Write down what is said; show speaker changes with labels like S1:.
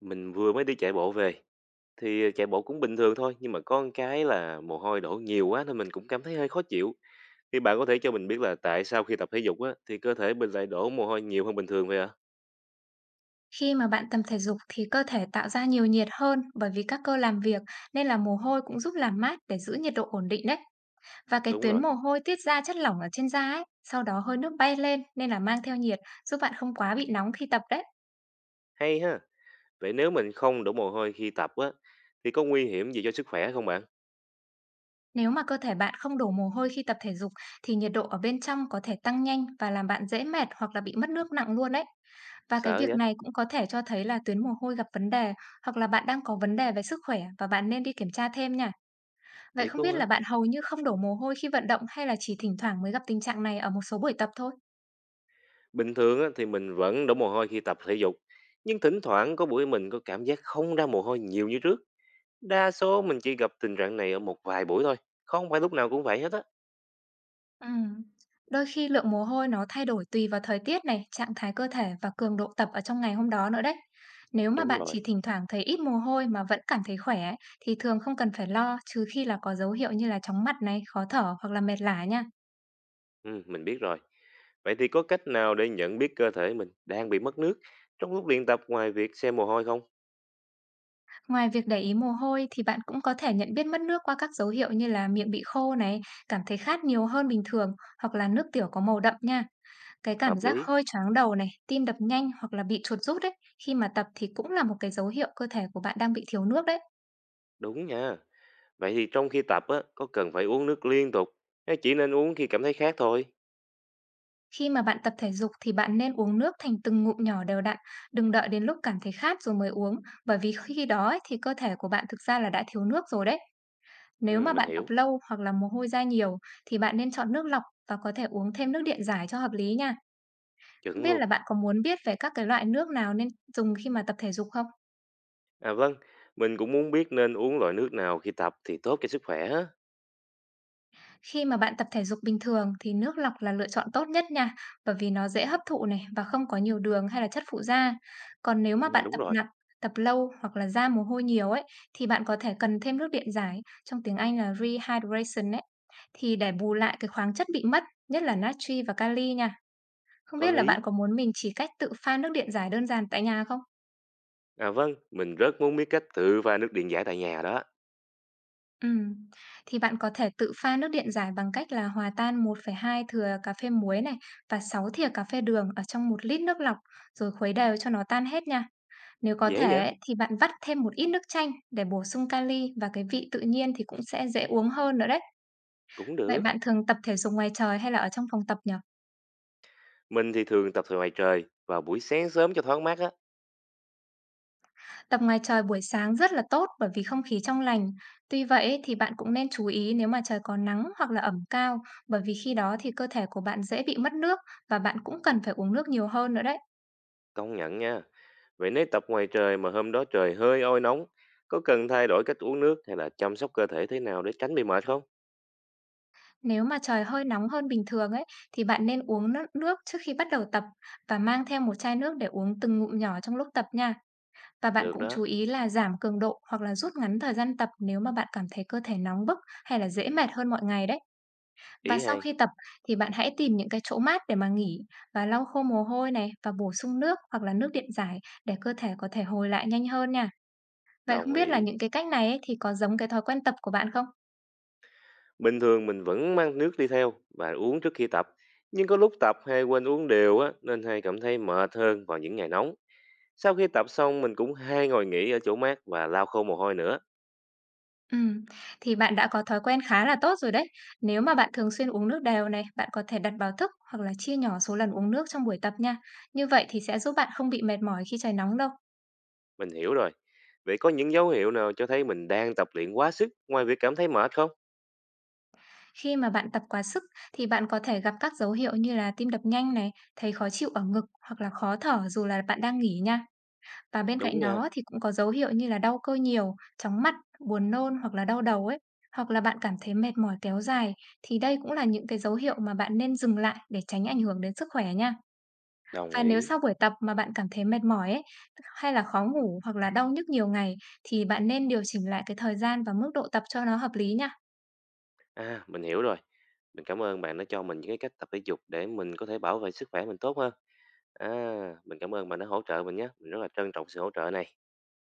S1: Mình vừa mới đi chạy bộ về, thì chạy bộ cũng bình thường thôi, nhưng mà có một cái là mồ hôi đổ nhiều quá nên mình cũng cảm thấy hơi khó chịu. Thì bạn có thể cho mình biết là tại sao khi tập thể dục á, thì cơ thể mình lại đổ mồ hôi nhiều hơn bình thường vậy ạ?
S2: Khi mà bạn tập thể dục thì cơ thể tạo ra nhiều nhiệt hơn bởi vì các cơ làm việc nên là mồ hôi cũng giúp làm mát để giữ nhiệt độ ổn định đấy. Và cái
S1: Đúng
S2: tuyến
S1: rồi,
S2: mồ hôi tiết ra chất lỏng ở trên da ấy, sau đó hơi nước bay lên nên là mang theo nhiệt giúp bạn không quá bị nóng khi tập đấy.
S1: hay ha. Vậy nếu mình không đổ mồ hôi khi tập á, thì có nguy hiểm gì cho sức khỏe không bạn?
S2: Nếu mà cơ thể bạn không đổ mồ hôi khi tập thể dục thì nhiệt độ ở bên trong có thể tăng nhanh và làm bạn dễ mệt hoặc là bị mất nước nặng luôn đấy. Và cái
S1: Sợ
S2: việc
S1: vậy?
S2: này cũng có thể cho thấy là tuyến mồ hôi gặp vấn đề hoặc là bạn đang có vấn đề về sức khỏe và bạn nên đi kiểm tra thêm nha. Vậy
S1: Thiệt
S2: không
S1: luôn
S2: biết
S1: hả?
S2: là bạn hầu như không đổ mồ hôi khi vận động hay là chỉ thỉnh thoảng mới gặp tình trạng này ở một số buổi tập thôi?
S1: Bình thường á, thì mình vẫn đổ mồ hôi khi tập thể dục, nhưng thỉnh thoảng có buổi mình có cảm giác không ra mồ hôi nhiều như trước. Đa số mình chỉ gặp tình trạng này ở một vài buổi thôi, không phải lúc nào cũng vậy hết á.
S2: Ừm. Đôi khi lượng mồ hôi nó thay đổi tùy vào thời tiết này, trạng thái cơ thể và cường độ tập ở trong ngày hôm đó nữa đấy. Nếu mà
S1: Đúng
S2: bạn
S1: rồi.
S2: chỉ thỉnh thoảng thấy ít mồ hôi mà vẫn cảm thấy khỏe ấy, thì thường không cần phải lo trừ khi là có dấu hiệu như là chóng mặt này, khó thở hoặc là mệt lả nha.
S1: Mình biết rồi. Vậy thì có cách nào để nhận biết cơ thể mình đang bị mất nước trong lúc luyện tập ngoài việc xem mồ hôi không?
S2: Ngoài việc để ý mồ hôi thì bạn cũng có thể nhận biết mất nước qua các dấu hiệu như là miệng bị khô này, cảm thấy khát nhiều hơn bình thường hoặc là nước tiểu có màu đậm nha. Cái cảm
S1: Hợp
S2: giác
S1: lý,
S2: hơi choáng đầu này, tim đập nhanh hoặc là bị chuột rút đấy, khi mà tập thì cũng là một cái dấu hiệu cơ thể của bạn đang bị thiếu nước đấy.
S1: đúng nha. Vậy thì trong khi tập á, có cần phải uống nước liên tục hay chỉ nên uống khi cảm thấy khát thôi?
S2: Khi mà bạn tập thể dục thì bạn nên uống nước thành từng ngụm nhỏ đều đặn, đừng đợi đến lúc cảm thấy khát rồi mới uống, bởi vì khi đó ấy, thì cơ thể của bạn thực ra là đã thiếu nước rồi đấy. Nếu
S1: Ừ,
S2: mà
S1: mình
S2: bạn tập
S1: hiểu,
S2: lâu hoặc là mồ hôi ra nhiều thì bạn nên chọn nước lọc và có thể uống thêm nước điện giải cho hợp lý nha. Không
S1: chuẩn
S2: biết
S1: luôn.
S2: là bạn có muốn biết về các cái loại nước nào nên dùng khi mà tập thể dục không?
S1: À vâng, mình cũng muốn biết nên uống loại nước nào khi tập thì tốt cho sức khỏe á.
S2: Khi mà bạn tập thể dục bình thường thì nước lọc là lựa chọn tốt nhất nha, bởi vì nó dễ hấp thụ này và không có nhiều đường hay là chất phụ gia. Còn nếu mà
S1: À
S2: bạn
S1: đúng
S2: tập
S1: rồi,
S2: nặng, tập lâu hoặc là ra mồ hôi nhiều ấy thì bạn có thể cần thêm nước điện giải, trong tiếng Anh là rehydration ấy, thì để bù lại cái khoáng chất bị mất, nhất là natri và kali nha. Không
S1: có
S2: biết là bạn
S1: lý.
S2: có muốn mình chỉ cách tự pha nước điện giải đơn giản tại nhà không?
S1: À vâng, mình rất muốn biết cách tự pha nước điện giải tại nhà đó.
S2: Ừm, thì bạn có thể tự pha nước điện giải bằng cách là hòa tan 1,2 thìa cà phê muối này và 6 thìa cà phê đường ở trong một lít nước lọc rồi khuấy đều cho nó tan hết nha. Nếu có
S1: Dễ vậy?
S2: thể ấy, thì bạn vắt thêm một ít nước chanh để bổ sung kali và cái vị tự nhiên thì cũng sẽ dễ uống hơn nữa đấy.
S1: Cũng
S2: Vậy
S1: được.
S2: bạn thường tập thể dục ngoài trời hay là ở trong phòng tập nhỉ?
S1: Mình thì thường tập thời ngoài trời vào buổi sáng sớm cho thoáng mát á.
S2: Tập ngoài trời buổi sáng rất là tốt bởi vì không khí trong lành. Tuy vậy thì bạn cũng nên chú ý nếu mà trời có nắng hoặc là ẩm cao, bởi vì khi đó thì cơ thể của bạn dễ bị mất nước và bạn cũng cần phải uống nước nhiều hơn nữa đấy.
S1: Công nhận nha. Vậy nếu tập ngoài trời mà hôm đó trời hơi oi nóng, có cần thay đổi cách uống nước hay là chăm sóc cơ thể thế nào để tránh bị mệt không?
S2: Nếu mà trời hơi nóng hơn bình thường ấy thì bạn nên uống nước trước khi bắt đầu tập và mang theo một chai nước để uống từng ngụm nhỏ trong lúc tập nha. Và bạn
S1: Được
S2: cũng
S1: đó,
S2: chú ý là giảm cường độ hoặc là rút ngắn thời gian tập nếu mà bạn cảm thấy cơ thể nóng bức hay là dễ mệt hơn mọi ngày đấy. Và
S1: ý
S2: sau
S1: hay,
S2: khi tập thì bạn hãy tìm những cái chỗ mát để mà nghỉ và lau khô mồ hôi này và bổ sung nước hoặc là nước điện giải để cơ thể có thể hồi lại nhanh hơn nha. Vậy không
S1: đồng
S2: biết là
S1: ý.
S2: những cái cách này ấy, thì có giống cái thói quen tập của bạn không?
S1: Bình thường mình vẫn mang nước đi theo và uống trước khi tập, nhưng có lúc tập hay quên uống đều á nên hay cảm thấy mệt hơn vào những ngày nóng. Sau khi tập xong mình cũng hay ngồi nghỉ ở chỗ mát và lau khô mồ hôi nữa.
S2: Ừm, thì bạn đã có thói quen khá là tốt rồi đấy. Nếu mà bạn thường xuyên uống nước đều này, bạn có thể đặt báo thức hoặc là chia nhỏ số lần uống nước trong buổi tập nha. Như vậy thì sẽ giúp bạn không bị mệt mỏi khi trời nóng đâu.
S1: Mình hiểu rồi. Vậy có những dấu hiệu nào cho thấy mình đang tập luyện quá sức ngoài việc cảm thấy mệt không?
S2: Khi mà bạn tập quá sức thì bạn có thể gặp các dấu hiệu như là tim đập nhanh này, thấy khó chịu ở ngực hoặc là khó thở dù là bạn đang nghỉ nha. Và bên
S1: Đúng
S2: cạnh
S1: nha,
S2: đó thì cũng có dấu hiệu như là đau cơ nhiều, chóng mặt, buồn nôn hoặc là đau đầu ấy. Hoặc là bạn cảm thấy mệt mỏi kéo dài thì đây cũng là những cái dấu hiệu mà bạn nên dừng lại để tránh ảnh hưởng đến sức khỏe nha.
S1: đồng
S2: Và nếu
S1: ý.
S2: sau buổi tập mà bạn cảm thấy mệt mỏi ấy, hay là khó ngủ hoặc là đau nhức nhiều ngày thì bạn nên điều chỉnh lại cái thời gian và mức độ tập cho nó hợp lý nha.
S1: À, mình hiểu rồi. Mình cảm ơn bạn đã cho mình những cái cách tập thể dục để mình có thể bảo vệ sức khỏe mình tốt hơn. À, mình cảm ơn bạn đã hỗ trợ mình nhé. Mình rất là trân trọng sự hỗ trợ này.